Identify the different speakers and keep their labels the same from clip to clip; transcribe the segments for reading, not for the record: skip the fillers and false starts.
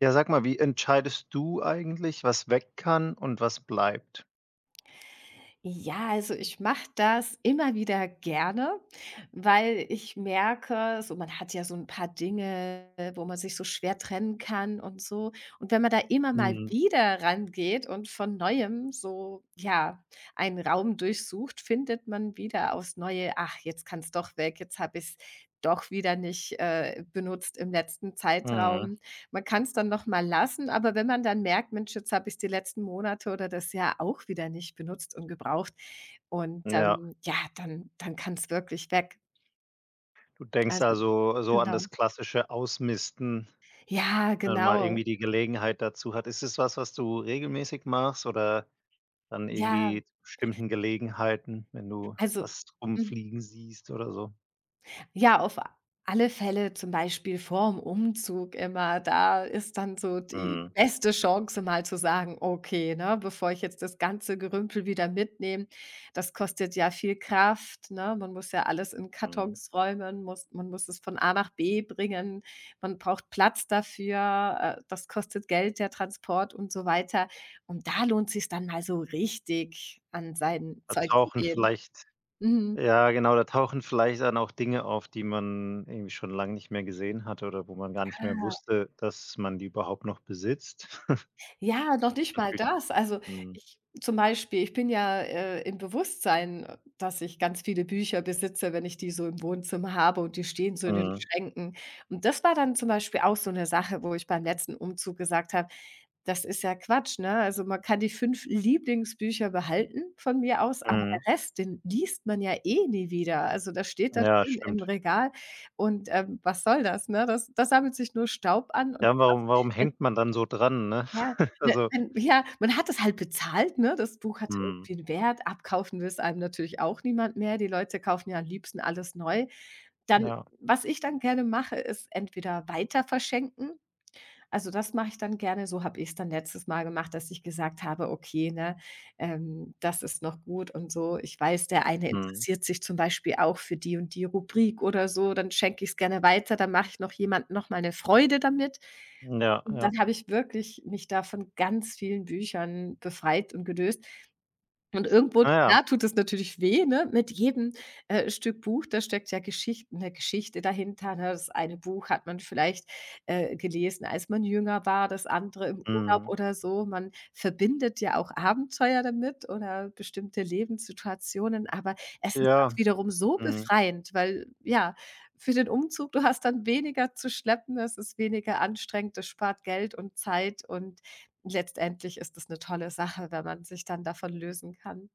Speaker 1: Ja, sag mal, wie entscheidest du eigentlich, was weg kann und was bleibt?
Speaker 2: Ja, also ich mache das immer wieder gerne, weil ich merke, so man hat ja so ein paar Dinge, wo man sich so schwer trennen kann und so. Und wenn man da immer mal
Speaker 1: Mhm,
Speaker 2: wieder rangeht und von Neuem so, ja, einen Raum durchsucht, findet man wieder aufs Neue: „Ach, jetzt kann es doch weg, jetzt habe ich es doch wieder nicht benutzt im letzten
Speaker 1: mhm,
Speaker 2: Zeitraum.“ Man kann es dann noch mal lassen, aber wenn man dann merkt: „Mensch, jetzt habe ich's die letzten Monate oder das Jahr auch wieder nicht benutzt und gebraucht“ und,
Speaker 1: ja.
Speaker 2: ja, dann kann es wirklich weg.
Speaker 1: Du denkst
Speaker 2: Also
Speaker 1: also so an
Speaker 2: genau.
Speaker 1: das klassische Ausmisten,
Speaker 2: Ja,
Speaker 1: wenn man mal
Speaker 2: genau.
Speaker 1: irgendwie die Gelegenheit dazu hat. Ist es was, was du regelmäßig machst oder dann
Speaker 2: Ja,
Speaker 1: irgendwie zu bestimmten Gelegenheiten, wenn du
Speaker 2: also
Speaker 1: was
Speaker 2: mhm.
Speaker 1: rumfliegen siehst oder so?
Speaker 2: Ja, auf alle Fälle, zum Beispiel vorm Umzug immer, da ist dann so die
Speaker 1: Mhm,
Speaker 2: beste Chance, mal zu sagen: „Okay, ne, bevor ich jetzt das ganze Gerümpel wieder mitnehme, das kostet ja viel Kraft, ne? Man muss ja alles in
Speaker 1: mhm.
Speaker 2: Kartons räumen, muss es von A nach B bringen, man braucht Platz dafür, das kostet Geld, der Transport und so weiter.“ Und da lohnt sich dann mal so richtig, an sein
Speaker 1: Da
Speaker 2: Zeug zu
Speaker 1: tauchen
Speaker 2: gehen.
Speaker 1: vielleicht
Speaker 2: Mhm.
Speaker 1: Ja, genau, da tauchen vielleicht dann auch Dinge auf, die man irgendwie schon lange nicht mehr gesehen hatte oder wo man gar nicht mehr wusste, dass man die überhaupt noch besitzt.
Speaker 2: Ja, noch
Speaker 1: Das ist
Speaker 2: nicht mal
Speaker 1: natürlich.
Speaker 2: das. Also,
Speaker 1: Mhm,
Speaker 2: ich zum Beispiel, ich bin ja, im Bewusstsein, dass ich ganz viele Bücher besitze, wenn ich die so im Wohnzimmer habe und die stehen so in den
Speaker 1: mhm,
Speaker 2: Schränken. Und das war dann zum Beispiel auch so eine Sache, wo ich beim letzten Umzug gesagt habe: „Das ist ja Quatsch“, ne? Also, man kann die 5 Lieblingsbücher behalten von mir aus, aber
Speaker 1: mhm.
Speaker 2: der Rest, den liest man ja eh nie wieder. Also, das steht da
Speaker 1: Ja,
Speaker 2: schön im
Speaker 1: stimmt.
Speaker 2: Regal und, was soll das, ne? Das sammelt sich nur Staub an und
Speaker 1: Ja, warum hängt man dann so dran, ne?
Speaker 2: ja, ne,
Speaker 1: Also,
Speaker 2: man ja, man hat es halt bezahlt, ne? Das Buch hatte
Speaker 1: mhm,
Speaker 2: irgendwie 'n Wert. Abkaufen will's einem natürlich auch niemand mehr. Die Leute kaufen ja am liebsten alles neu. Dann
Speaker 1: ja,
Speaker 2: was ich dann gerne mache, ist entweder weiterverschenken. Also, das mache ich dann gerne. So habe ich's dann letztes Mal gemacht, dass ich gesagt habe: „Okay, ne, das ist noch gut und so. Ich weiß, der eine
Speaker 1: mhm,
Speaker 2: interessiert sich zum Beispiel auch für die und die Rubrik oder so. Dann schenke ich's gerne weiter. Dann mache ich noch jemandem noch mal 'ne Freude damit.“
Speaker 1: ja,
Speaker 2: Und
Speaker 1: ja.
Speaker 2: dann habe ich wirklich mich da von ganz vielen Büchern befreit und gelöst, und irgendwo,
Speaker 1: Na ja,
Speaker 2: klar, tut es natürlich weh, ne? Mit jedem, Stück Buch, da steckt ja Geschichte, eine Geschichte dahinter, ne? Das eine Buch hat man vielleicht, gelesen, als man jünger war, das andere im Urlaub
Speaker 1: mhm,
Speaker 2: oder so. Man verbindet ja auch Abenteuer damit oder bestimmte Lebenssituationen, aber es ist
Speaker 1: ja,
Speaker 2: auch wiederum so
Speaker 1: mhm.
Speaker 2: befreiend, weil, ja, für den Umzug, du hast dann weniger zu schleppen, es ist weniger anstrengend, das spart Geld und Zeit und letztendlich ist das 'ne tolle Sache, wenn man sich dann davon lösen kann.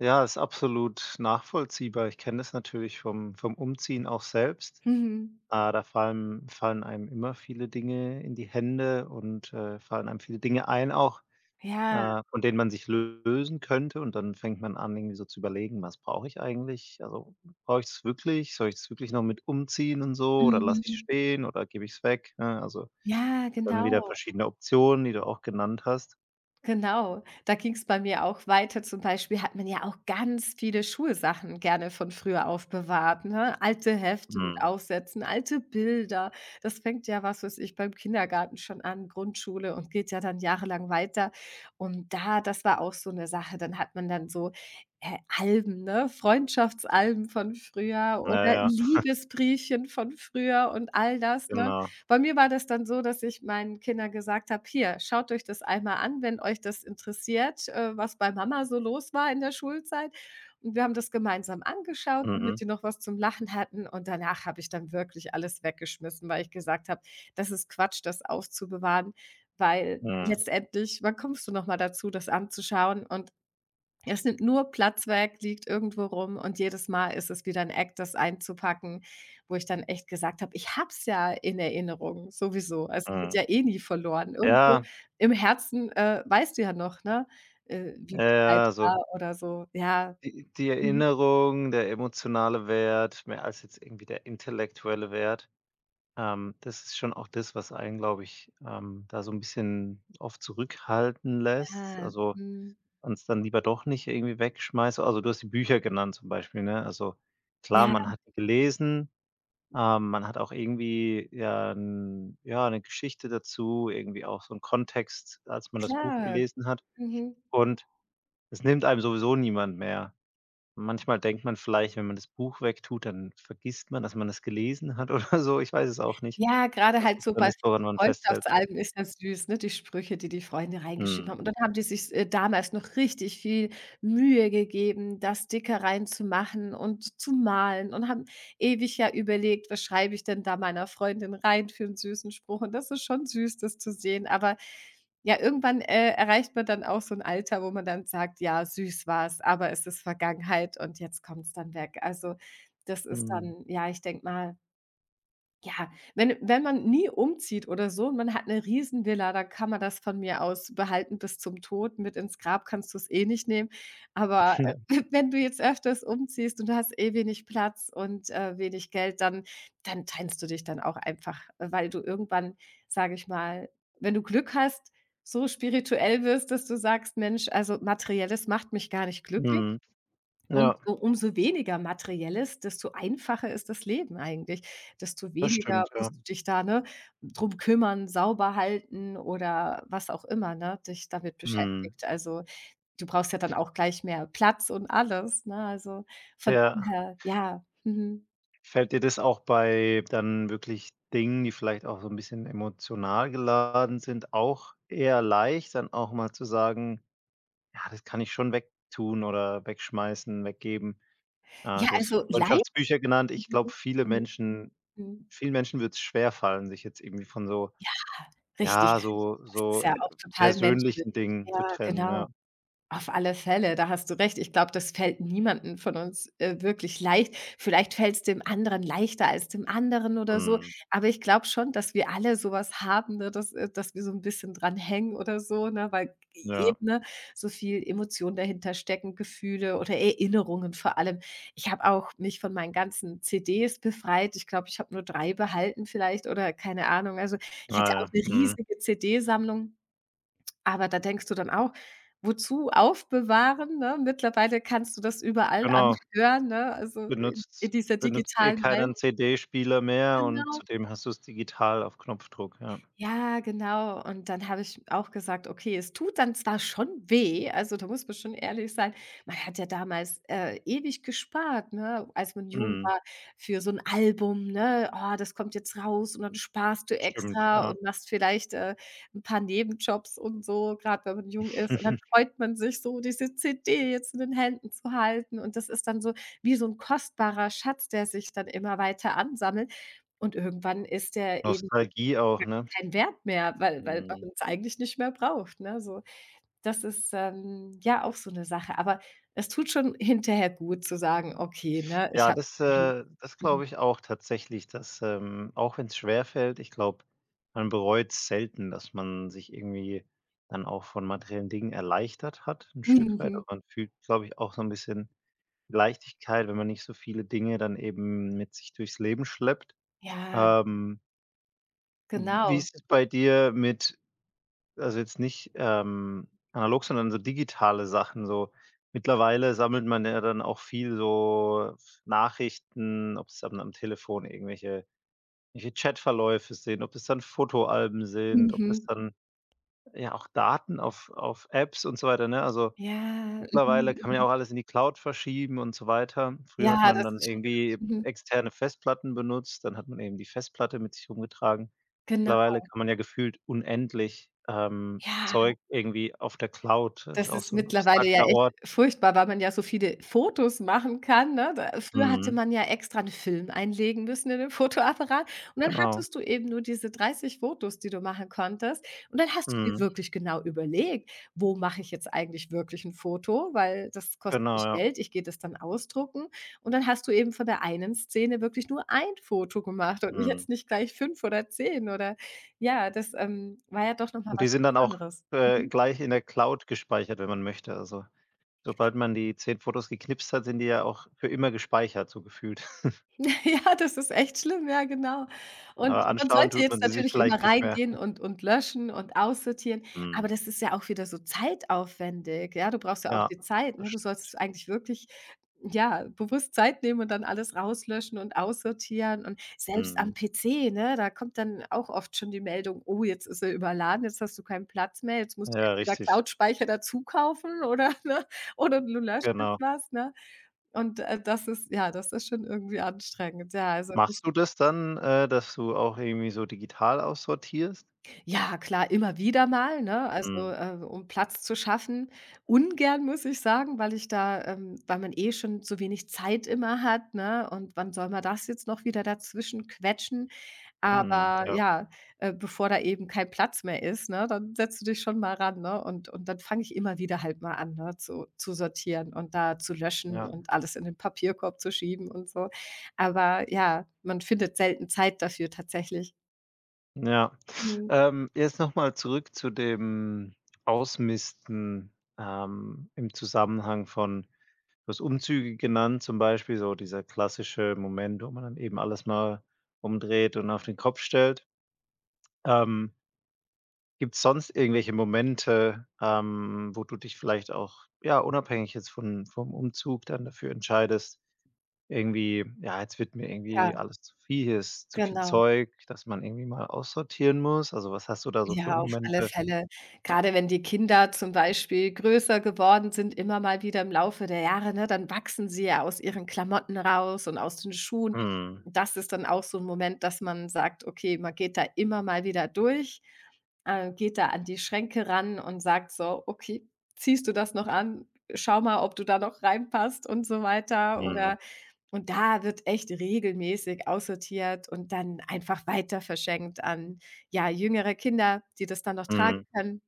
Speaker 1: Ja, ist absolut nachvollziehbar. Ich kenne das natürlich vom Umziehen auch selbst.
Speaker 2: Mhm.
Speaker 1: Ah, da fallen einem immer viele Dinge in die Hände und, fallen einem viele Dinge ein auch,
Speaker 2: Ja.
Speaker 1: von denen man sich lösen könnte, und dann fängt man an, irgendwie so zu überlegen: „Was brauche ich eigentlich? Also, brauche ich es wirklich? Soll ich es wirklich noch mit umziehen und so, oder lasse ich es
Speaker 2: Mhm.
Speaker 1: stehen oder gebe ich es weg?“ Ne, also,
Speaker 2: Ja,
Speaker 1: dann wieder
Speaker 2: genau.
Speaker 1: verschiedene Optionen, die du auch genannt hast.
Speaker 2: Genau, da ging es bei mir auch weiter. Zum Beispiel hat man ja auch ganz viele Schulsachen gerne von früher aufbewahrt, ne? Alte Hefte mit
Speaker 1: Mhm.
Speaker 2: Aufsätzen, alte Bilder. Das fängt ja, was weiß ich, beim Kindergarten schon an, Grundschule und geht ja dann jahrelang weiter. Und da das war auch so eine Sache, dann hat man dann so, Alben, ne? Freundschaftsalben von früher
Speaker 1: Ja,
Speaker 2: oder
Speaker 1: ja,
Speaker 2: Liebesbriefchen von früher und all das, ne?
Speaker 1: genau.
Speaker 2: Bei mir war das dann so, dass ich meinen Kindern gesagt habe: „Hier, schaut euch das einmal an, wenn euch das interessiert, was bei Mama so los war in der Schulzeit.“ Und wir haben das gemeinsam angeschaut, damit
Speaker 1: Mhm.
Speaker 2: die noch was zum Lachen hatten. Und danach habe ich dann wirklich alles weggeschmissen, weil ich gesagt habe: „Das ist Quatsch, das aufzubewahren“, weil
Speaker 1: Mhm.
Speaker 2: letztendlich wann kommst du noch mal dazu, das anzuschauen und es nimmt nur Platz weg, liegt irgendwo rum und jedes Mal ist es wieder ein Act, das einzupacken, wo ich dann echt gesagt habe: „Ich habe es ja in Erinnerung sowieso. Es geht
Speaker 1: Mhm.
Speaker 2: ja eh nie verloren.“ Irgendwo
Speaker 1: Ja,
Speaker 2: im Herzen, weißt du ja noch, ne, wie
Speaker 1: ja,
Speaker 2: die Zeit
Speaker 1: ja, so
Speaker 2: war oder so. Ja.
Speaker 1: Die
Speaker 2: Mhm.
Speaker 1: Erinnerung, der emotionale Wert, mehr als jetzt irgendwie der intellektuelle Wert. Das ist schon auch das, was einen, glaube ich, da so ein bisschen oft zurückhalten lässt.
Speaker 2: Ja.
Speaker 1: Also,
Speaker 2: Mhm.
Speaker 1: man's dann lieber doch nicht irgendwie wegschmeißt. Also, du hast die Bücher genannt zum Beispiel, ne? Also, klar,
Speaker 2: Ja,
Speaker 1: man hat die gelesen, man hat auch irgendwie, ja, 'ne Geschichte dazu, irgendwie auch so einen Kontext, als man das Buch
Speaker 2: klar.
Speaker 1: gelesen hat.
Speaker 2: Mhm.
Speaker 1: Und es nimmt einem sowieso niemand mehr. Manchmal denkt man vielleicht, wenn man das Buch wegtut, dann vergisst man, dass man es gelesen hat, oder so. Ich weiß es auch nicht,
Speaker 2: Ja, gerade
Speaker 1: was
Speaker 2: halt
Speaker 1: das
Speaker 2: so
Speaker 1: dann
Speaker 2: bei
Speaker 1: ist, woran man festhält.
Speaker 2: Freundschaftsalben ist das süß, ne, die Sprüche, die die Freunde reingeschrieben
Speaker 1: Mhm.
Speaker 2: haben. Und dann haben die sich, damals noch richtig viel Mühe gegeben, das da zu machen und zu malen und haben ewig ja überlegt: „Was schreibe ich denn da meiner Freundin rein für einen süßen Spruch?“ Und das ist schon süß, das zu sehen. Aber ja, irgendwann, erreicht man dann auch so ein Alter, wo man dann sagt: „Ja, süß war's, aber es ist Vergangenheit und jetzt kommt's dann weg.“ Also, das ist
Speaker 1: Mhm.
Speaker 2: dann ja, ich denke mal ja, wenn man nie umzieht oder so und man hat eine Riesenvilla, dann kann man das von mir aus behalten bis zum Tod. Mit ins Grab kannst du es eh nicht nehmen. Aber,
Speaker 1: Ja.
Speaker 2: wenn du jetzt öfters umziehst und du hast eh wenig Platz und, wenig Geld, dann trennst du dich dann auch einfach, weil du irgendwann, sage ich mal, wenn du Glück hast, so spirituell wirst, dass du sagst: „Mensch, also Materielles macht mich gar nicht glücklich,
Speaker 1: Mhm.
Speaker 2: und
Speaker 1: Ja,
Speaker 2: u umso weniger Materielles, desto einfacher ist das Leben eigentlich. Desto
Speaker 1: das
Speaker 2: weniger
Speaker 1: stimmt, ja.
Speaker 2: musst du dich da, ne, drum kümmern, sauber halten oder was auch immer, ne, dich damit
Speaker 1: Mhm.
Speaker 2: beschäftigt. Also, du brauchst ja dann auch gleich mehr Platz und alles, ne? Also, von
Speaker 1: Ja.
Speaker 2: daher, ja. Mhm.
Speaker 1: Fällt dir das auch bei dann wirklich Dingen, die vielleicht auch so 'n bisschen emotional geladen sind, auch eher leicht, dann auch mal zu sagen: „Ja, das kann ich schon wegtun oder wegschmeißen, weggeben?“ Ah,
Speaker 2: Ja,
Speaker 1: du hast
Speaker 2: also Leid
Speaker 1: Freundschaftsbücher genannt. Ich
Speaker 2: mhm,
Speaker 1: glaube,
Speaker 2: mhm, mhm.
Speaker 1: Vielen Menschen wird's schwerfallen, sich jetzt irgendwie von so
Speaker 2: Ah, richtig.
Speaker 1: ja, so
Speaker 2: Das ist
Speaker 1: so,
Speaker 2: ja auch total menschlich.
Speaker 1: persönlichen Dingen zu
Speaker 2: Ja,
Speaker 1: trennen, ja.
Speaker 2: genau. Auf alle Fälle, da hast du recht. Ich glaube, das fällt niemandem von uns wirklich leicht. Vielleicht fällt es dem anderen leichter als dem anderen oder so.
Speaker 1: Mhm.
Speaker 2: Aber ich glaube schon, dass wir alle sowas haben, ne, dass, dass wir so ein bisschen dran hängen oder so, ne, weil
Speaker 1: Ja.
Speaker 2: eben ne, so viel Emotion dahinter stecken, Gefühle oder Erinnerungen vor allem. Ich habe auch mich von meinen ganzen CDs befreit. Ich glaube, ich habe nur drei behalten vielleicht oder keine Ahnung. Also
Speaker 1: Ja,
Speaker 2: ich hatte auch
Speaker 1: ja.
Speaker 2: eine
Speaker 1: Mhm.
Speaker 2: riesige CD-Sammlung. Aber da denkst du dann auch: „Wozu aufbewahren“, ne? Mittlerweile kannst du das überall
Speaker 1: Genau.
Speaker 2: anhören, ne? Also, in
Speaker 1: Benutzt
Speaker 2: dieser
Speaker 1: benutzt eh
Speaker 2: digitalen
Speaker 1: keiner 'n
Speaker 2: Welt.
Speaker 1: CD-Spieler mehr, und
Speaker 2: Genau.
Speaker 1: zudem hast du's digital auf Knopfdruck, ja.
Speaker 2: Ja, genau. Und dann habe ich auch gesagt: „Okay, es tut dann zwar schon weh“, also, da muss man schon ehrlich sein. Man hat ja damals, ewig gespart, ne, als man jung
Speaker 1: Mhm.
Speaker 2: war für so ein Album, ne? „Oh, das kommt jetzt raus“ und dann sparst du
Speaker 1: Stimmt,
Speaker 2: extra
Speaker 1: ja.
Speaker 2: und machst vielleicht, 'n paar Nebenjobs und so, gerade wenn man jung ist. Und dann freut man sich so, diese CD jetzt in den Händen zu halten. Und das ist dann so wie so ein kostbarer Schatz, der sich dann immer weiter ansammelt. Und irgendwann ist der eben
Speaker 1: Nostalgie auch,
Speaker 2: ja,
Speaker 1: ne?
Speaker 2: keinen Wert mehr, weil weil
Speaker 1: Mhm.
Speaker 2: man es eigentlich nicht mehr braucht, ne, so. Das ist, ja auch so eine Sache, aber es tut schon hinterher gut zu sagen: „Okay, ne, ich
Speaker 1: Ja,
Speaker 2: habe
Speaker 1: das,
Speaker 2: mich gelöst.“
Speaker 1: das
Speaker 2: Mhm.
Speaker 1: glaube ich auch tatsächlich, dass, auch wenn's schwerfällt, ich glaube, man bereut selten, dass man sich irgendwie dann auch von materiellen Dingen erleichtert hat ein Stück weit. Also,
Speaker 2: Mhm.
Speaker 1: man fühlt, glaube ich, auch so ein bisschen Leichtigkeit, wenn man nicht so viele Dinge dann eben mit sich durchs Leben schleppt.
Speaker 2: Ja,
Speaker 1: Ähm, Wie
Speaker 2: genau.
Speaker 1: ist es bei dir mit also jetzt nicht, analog, sondern so digitale Sachen, so mittlerweile sammelt man ja dann auch viel so Nachrichten, ob es am Telefon irgendwelche Chatverläufe sind, ob das dann Fotoalben sind, ob das
Speaker 2: Mhm.
Speaker 1: dann ja auch Daten auf Apps und so weiter, ne? Also,
Speaker 2: Ja.
Speaker 1: mittlerweile
Speaker 2: Mhm,
Speaker 1: kann man ja
Speaker 2: mhm.
Speaker 1: auch alles in die Cloud verschieben und so weiter. Früher hat
Speaker 2: Ja,
Speaker 1: man
Speaker 2: das
Speaker 1: dann
Speaker 2: ist
Speaker 1: irgendwie
Speaker 2: schlimm. Mhm.
Speaker 1: externe Festplatten benutzt, dann hat man eben die Festplatte mit sich rumgetragen.
Speaker 2: Genau.
Speaker 1: Mittlerweile kann man ja gefühlt unendlich,
Speaker 2: Ja.
Speaker 1: Zeug irgendwie auf der Cloud. Das ist
Speaker 2: Das
Speaker 1: auch
Speaker 2: ist
Speaker 1: so 'n
Speaker 2: mittlerweile ja
Speaker 1: abstrakter
Speaker 2: echt
Speaker 1: Ort.
Speaker 2: furchtbar, weil man ja so viele Fotos machen kann, ne? Da früher hatte
Speaker 1: Mhm,
Speaker 2: man ja extra 'n Film einlegen müssen in den Fotoapparat und dann
Speaker 1: genau.
Speaker 2: hattest du eben nur diese 30 Fotos, die du machen konntest. Und dann hast du dir
Speaker 1: Mhm,
Speaker 2: wirklich genau überlegt: „Wo mache ich jetzt eigentlich wirklich 'n Foto?“ Weil das kostet
Speaker 1: genau,
Speaker 2: mich
Speaker 1: ja.
Speaker 2: Geld, ich gehe das dann ausdrucken. Und dann hast du eben von der einen Szene wirklich nur ein Foto gemacht und nicht
Speaker 1: Mhm.
Speaker 2: jetzt nicht gleich 5 oder 10 oder ja, das, war ja doch noch mal
Speaker 1: Und die
Speaker 2: was
Speaker 1: sind
Speaker 2: ganz
Speaker 1: dann auch,
Speaker 2: anderes. Mhm.
Speaker 1: gleich in der Cloud gespeichert, wenn man möchte. Also, sobald man die 10 Fotos geknipst hat, sind die ja auch für immer gespeichert, so gefühlt.
Speaker 2: Ja, das ist echt schlimm, ja, genau. Und
Speaker 1: Aber
Speaker 2: man
Speaker 1: anschauen
Speaker 2: sollte
Speaker 1: tut man
Speaker 2: jetzt
Speaker 1: sie sich
Speaker 2: natürlich
Speaker 1: vielleicht
Speaker 2: immer
Speaker 1: nicht mehr.
Speaker 2: reingehen und löschen und aussortieren,
Speaker 1: Mhm.
Speaker 2: aber das ist ja auch wieder so zeitaufwendig, ja? Du brauchst ja auch
Speaker 1: Ja,
Speaker 2: die Zeit,
Speaker 1: das
Speaker 2: ne? Du
Speaker 1: stimmt.
Speaker 2: sollst eigentlich wirklich, ja, bewusst Zeit nehmen und dann alles rauslöschen und aussortieren und selbst am
Speaker 1: Mhm.
Speaker 2: PC, ne, da kommt dann auch oft schon die Meldung: „Oh, jetzt ist er überladen, jetzt hast du keinen Platz mehr, jetzt musst du
Speaker 1: Ja,
Speaker 2: entweder
Speaker 1: richtig.
Speaker 2: Cloudspeicher dazu kaufen oder, ne oder du löscht jetzt
Speaker 1: Genau.
Speaker 2: was“, ne? Und, das ist ja, das ist schon irgendwie anstrengend. Ja, also
Speaker 1: Machst
Speaker 2: das
Speaker 1: du das dann, dass du auch irgendwie so digital aussortierst?
Speaker 2: ja, klar, immer wieder mal, ne? Also,
Speaker 1: Mhm.
Speaker 2: um Platz zu schaffen. Ungern, muss ich sagen, weil ich da weil man eh schon so wenig Zeit immer hat, ne? Und wann soll man das jetzt noch wieder dazwischen quetschen?
Speaker 1: Mhm,
Speaker 2: Aber
Speaker 1: ja,
Speaker 2: ja, bevor da eben kein Platz mehr ist, ne, dann setzt du dich schon mal ran, ne? Und dann fange ich immer wieder halt mal an, ne, zu sortieren und da zu löschen
Speaker 1: ja,
Speaker 2: und alles in den Papierkorb zu schieben und so. Aber ja, man findet selten Zeit dafür tatsächlich.
Speaker 1: ja.
Speaker 2: Mhm.
Speaker 1: Jetzt noch zurück zu dem Ausmisten, im Zusammenhang von du hast Umzüge genannt zum Beispiel, so dieser klassische Moment, wo man dann eben alles mal umdreht und auf den Kopf stellt. Ähm, Gibt es sonst irgendwelche Momente, wo du dich vielleicht auch, ja, unabhängig jetzt von vom Umzug dann dafür entscheidest. Irgendwie ja, jetzt wird mir
Speaker 2: Ja,
Speaker 1: irgendwie alles zu viel, hier ist zu viel
Speaker 2: genau.
Speaker 1: Zeug, dass man irgendwie mal aussortieren muss. Also, was hast du da so für
Speaker 2: Ja, auf alle
Speaker 1: Momente?
Speaker 2: Fälle. Gerade wenn die Kinder zum Beispiel größer geworden sind, immer mal wieder im Laufe der Jahre, ne, dann wachsen sie ja aus ihren Klamotten raus und aus den Schuhen.
Speaker 1: Mhm,
Speaker 2: Und das ist dann auch so ein Moment, dass man sagt: „Okay, man geht da immer mal wieder durch, geht da an die Schränke ran und sagt so: „Okay, ziehst du das noch an? Schau mal, ob du da noch reinpasst“ und so weiter.
Speaker 1: mhm,
Speaker 2: Oder und da wird echt regelmäßig aussortiert und dann einfach weiter verschenkt an ja, jüngere Kinder, die das dann noch tragen
Speaker 1: mhm.
Speaker 2: können.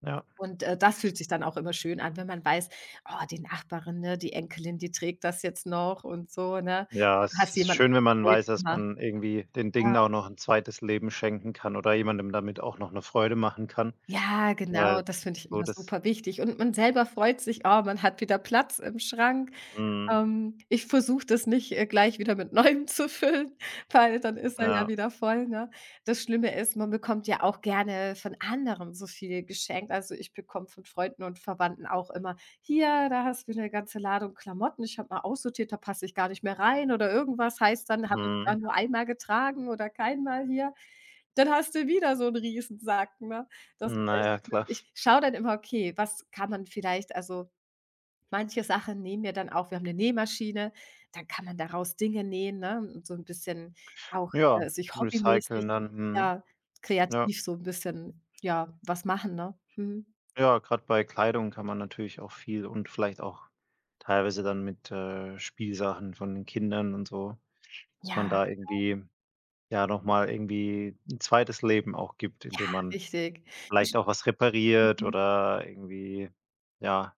Speaker 1: Ja,
Speaker 2: Und, das fühlt sich dann auch immer schön an, wenn man weiß: „Oh, die Nachbarin, ne, die Enkelin, die trägt das jetzt noch und so“, ne?
Speaker 1: ja,
Speaker 2: Du
Speaker 1: es
Speaker 2: hast
Speaker 1: ist
Speaker 2: jemandem
Speaker 1: schön, wenn man weiß,
Speaker 2: Freude
Speaker 1: dass
Speaker 2: gemacht.
Speaker 1: man irgendwie den
Speaker 2: Ja.
Speaker 1: Dingen auch noch ein zweites Leben schenken kann oder jemandem damit auch noch eine Freude machen kann,
Speaker 2: Ja,
Speaker 1: weil
Speaker 2: genau, das finde ich
Speaker 1: so
Speaker 2: immer
Speaker 1: das
Speaker 2: super wichtig. Und man selber freut sich: „Oh, man hat wieder Platz im Schrank.“
Speaker 1: mhm,
Speaker 2: Ich versuche das nicht, gleich wieder mit Neuem zu füllen, weil dann ist er ja
Speaker 1: ja,
Speaker 2: wieder voll, ne? Das Schlimme ist, man bekommt ja auch gerne von anderen so viel geschenkt. Also, ich bekomme von Freunden und Verwandten auch immer: „Hier, da hast du eine ganze Ladung Klamotten. Ich habe mal aussortiert, da passe ich gar nicht mehr rein“ oder irgendwas. Heißt dann, habe ich ja
Speaker 1: mhm,
Speaker 2: nur einmal getragen oder keinmal hier. Dann hast du wieder so 'n Riesensack, ne? Das ist
Speaker 1: na
Speaker 2: echt
Speaker 1: ja,
Speaker 2: schlimm.
Speaker 1: klar.
Speaker 2: Ich schaue dann immer: „Okay, was kann man vielleicht also, manche Sachen nähen wir dann auch, wir haben eine Nähmaschine, dann kann man daraus Dinge nähen, ne, und so ein bisschen auch,
Speaker 1: Ja,
Speaker 2: sich hobbymäßig,
Speaker 1: recyceln dann, mhm,
Speaker 2: ja,
Speaker 1: ja.
Speaker 2: kreativ so ein bisschen, ja, was machen, ne? Mhm.
Speaker 1: Ja, gerade bei Kleidung kann man natürlich auch viel, und vielleicht auch teilweise dann mit, Spielsachen von den Kindern und so, dass man
Speaker 2: Ja,
Speaker 1: da irgendwie, ja, noch mal irgendwie ein zweites Leben auch gibt, indem man
Speaker 2: richtig.
Speaker 1: vielleicht auch was repariert oder irgendwie, ja,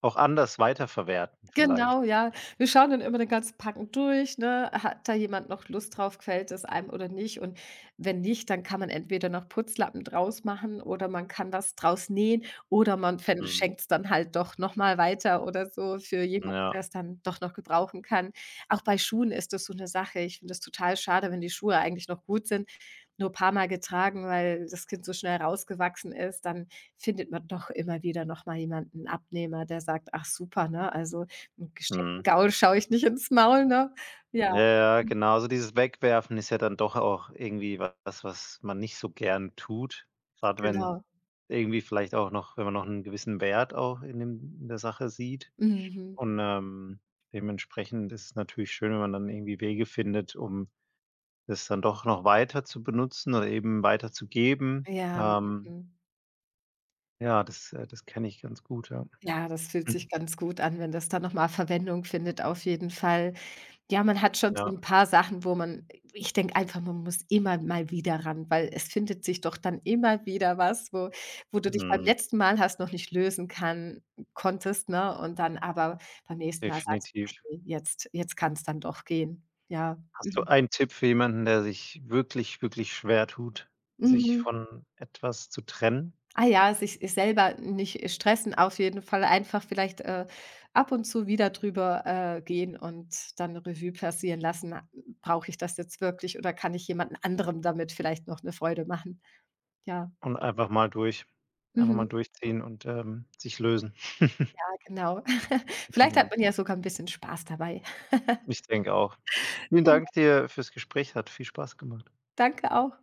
Speaker 1: auch anders weiterverwerten vielleicht.
Speaker 2: Genau, ja. Wir schauen dann immer den ganzen Packen durch, ne? Hat da jemand noch Lust drauf? Gefällt es einem oder nicht? Und wenn nicht, dann kann man entweder noch Putzlappen draus machen oder man kann was draus nähen oder man
Speaker 1: Mhm.
Speaker 2: schenkt es dann halt doch noch mal weiter oder so für jemanden,
Speaker 1: Ja,
Speaker 2: der es dann doch noch gebrauchen kann. Auch bei Schuhen ist das so eine Sache. Ich finde es total schade, wenn die Schuhe eigentlich noch gut sind, nur ein paar Mal getragen, weil das Kind so schnell rausgewachsen ist, dann findet man doch immer wieder noch mal jemanden Abnehmer, der sagt: „Ach super“, ne? Also, 'n gesteckten
Speaker 1: mhm.
Speaker 2: Gaul schaue ich nicht ins Maul, ne?
Speaker 1: Ja,
Speaker 2: Ja,
Speaker 1: ja, genau. Also, dieses Wegwerfen ist ja dann doch auch irgendwie was, was man nicht so gern tut, gerade wenn
Speaker 2: genau.
Speaker 1: irgendwie vielleicht auch noch wenn man noch einen gewissen Wert auch in der Sache sieht.
Speaker 2: Mhm.
Speaker 1: Und, dementsprechend ist es natürlich schön, wenn man dann irgendwie Wege findet, um das dann doch noch weiter zu benutzen oder eben weiterzugeben.
Speaker 2: Ja,
Speaker 1: Ähm,
Speaker 2: mhm.
Speaker 1: ja, das das kenne ich ganz gut, ja.
Speaker 2: Ja, das fühlt sich
Speaker 1: Mhm.
Speaker 2: ganz gut an, wenn das dann noch mal Verwendung findet, auf jeden Fall. Ja, man hat schon so
Speaker 1: Ja,
Speaker 2: 'n paar Sachen, wo man, ich denke einfach, man muss immer mal wieder ran, weil es findet sich doch dann immer wieder was, wo wo du dich beim
Speaker 1: mhm,
Speaker 2: letzten Mal hast noch nicht lösen kann konntest, ne? Und dann aber beim nächsten Mal sagst:
Speaker 1: definitiv.
Speaker 2: „Okay, jetzt kann's dann doch gehen.“ Ja.
Speaker 1: Hast du
Speaker 2: Mhm.
Speaker 1: einen Tipp für jemanden, der sich wirklich, wirklich schwer tut, sich
Speaker 2: Mhm.
Speaker 1: von etwas zu trennen
Speaker 2: Ah ja, sich selber nicht stressen, auf jeden Fall einfach vielleicht, ab und zu wieder drüber, gehen und dann Revue passieren lassen. Brauche ich das jetzt wirklich oder kann ich jemanden anderem damit vielleicht noch eine Freude machen? Ja.
Speaker 1: und einfach mal
Speaker 2: Mhm.
Speaker 1: durchziehen und, sich lösen?
Speaker 2: Ja, genau. Vielleicht
Speaker 1: Mhm.
Speaker 2: hat man ja sogar ein bisschen Spaß dabei.
Speaker 1: Ich denke auch. Vielen Dank
Speaker 2: Genau.
Speaker 1: dir fürs Gespräch, hat viel Spaß gemacht.
Speaker 2: Danke auch.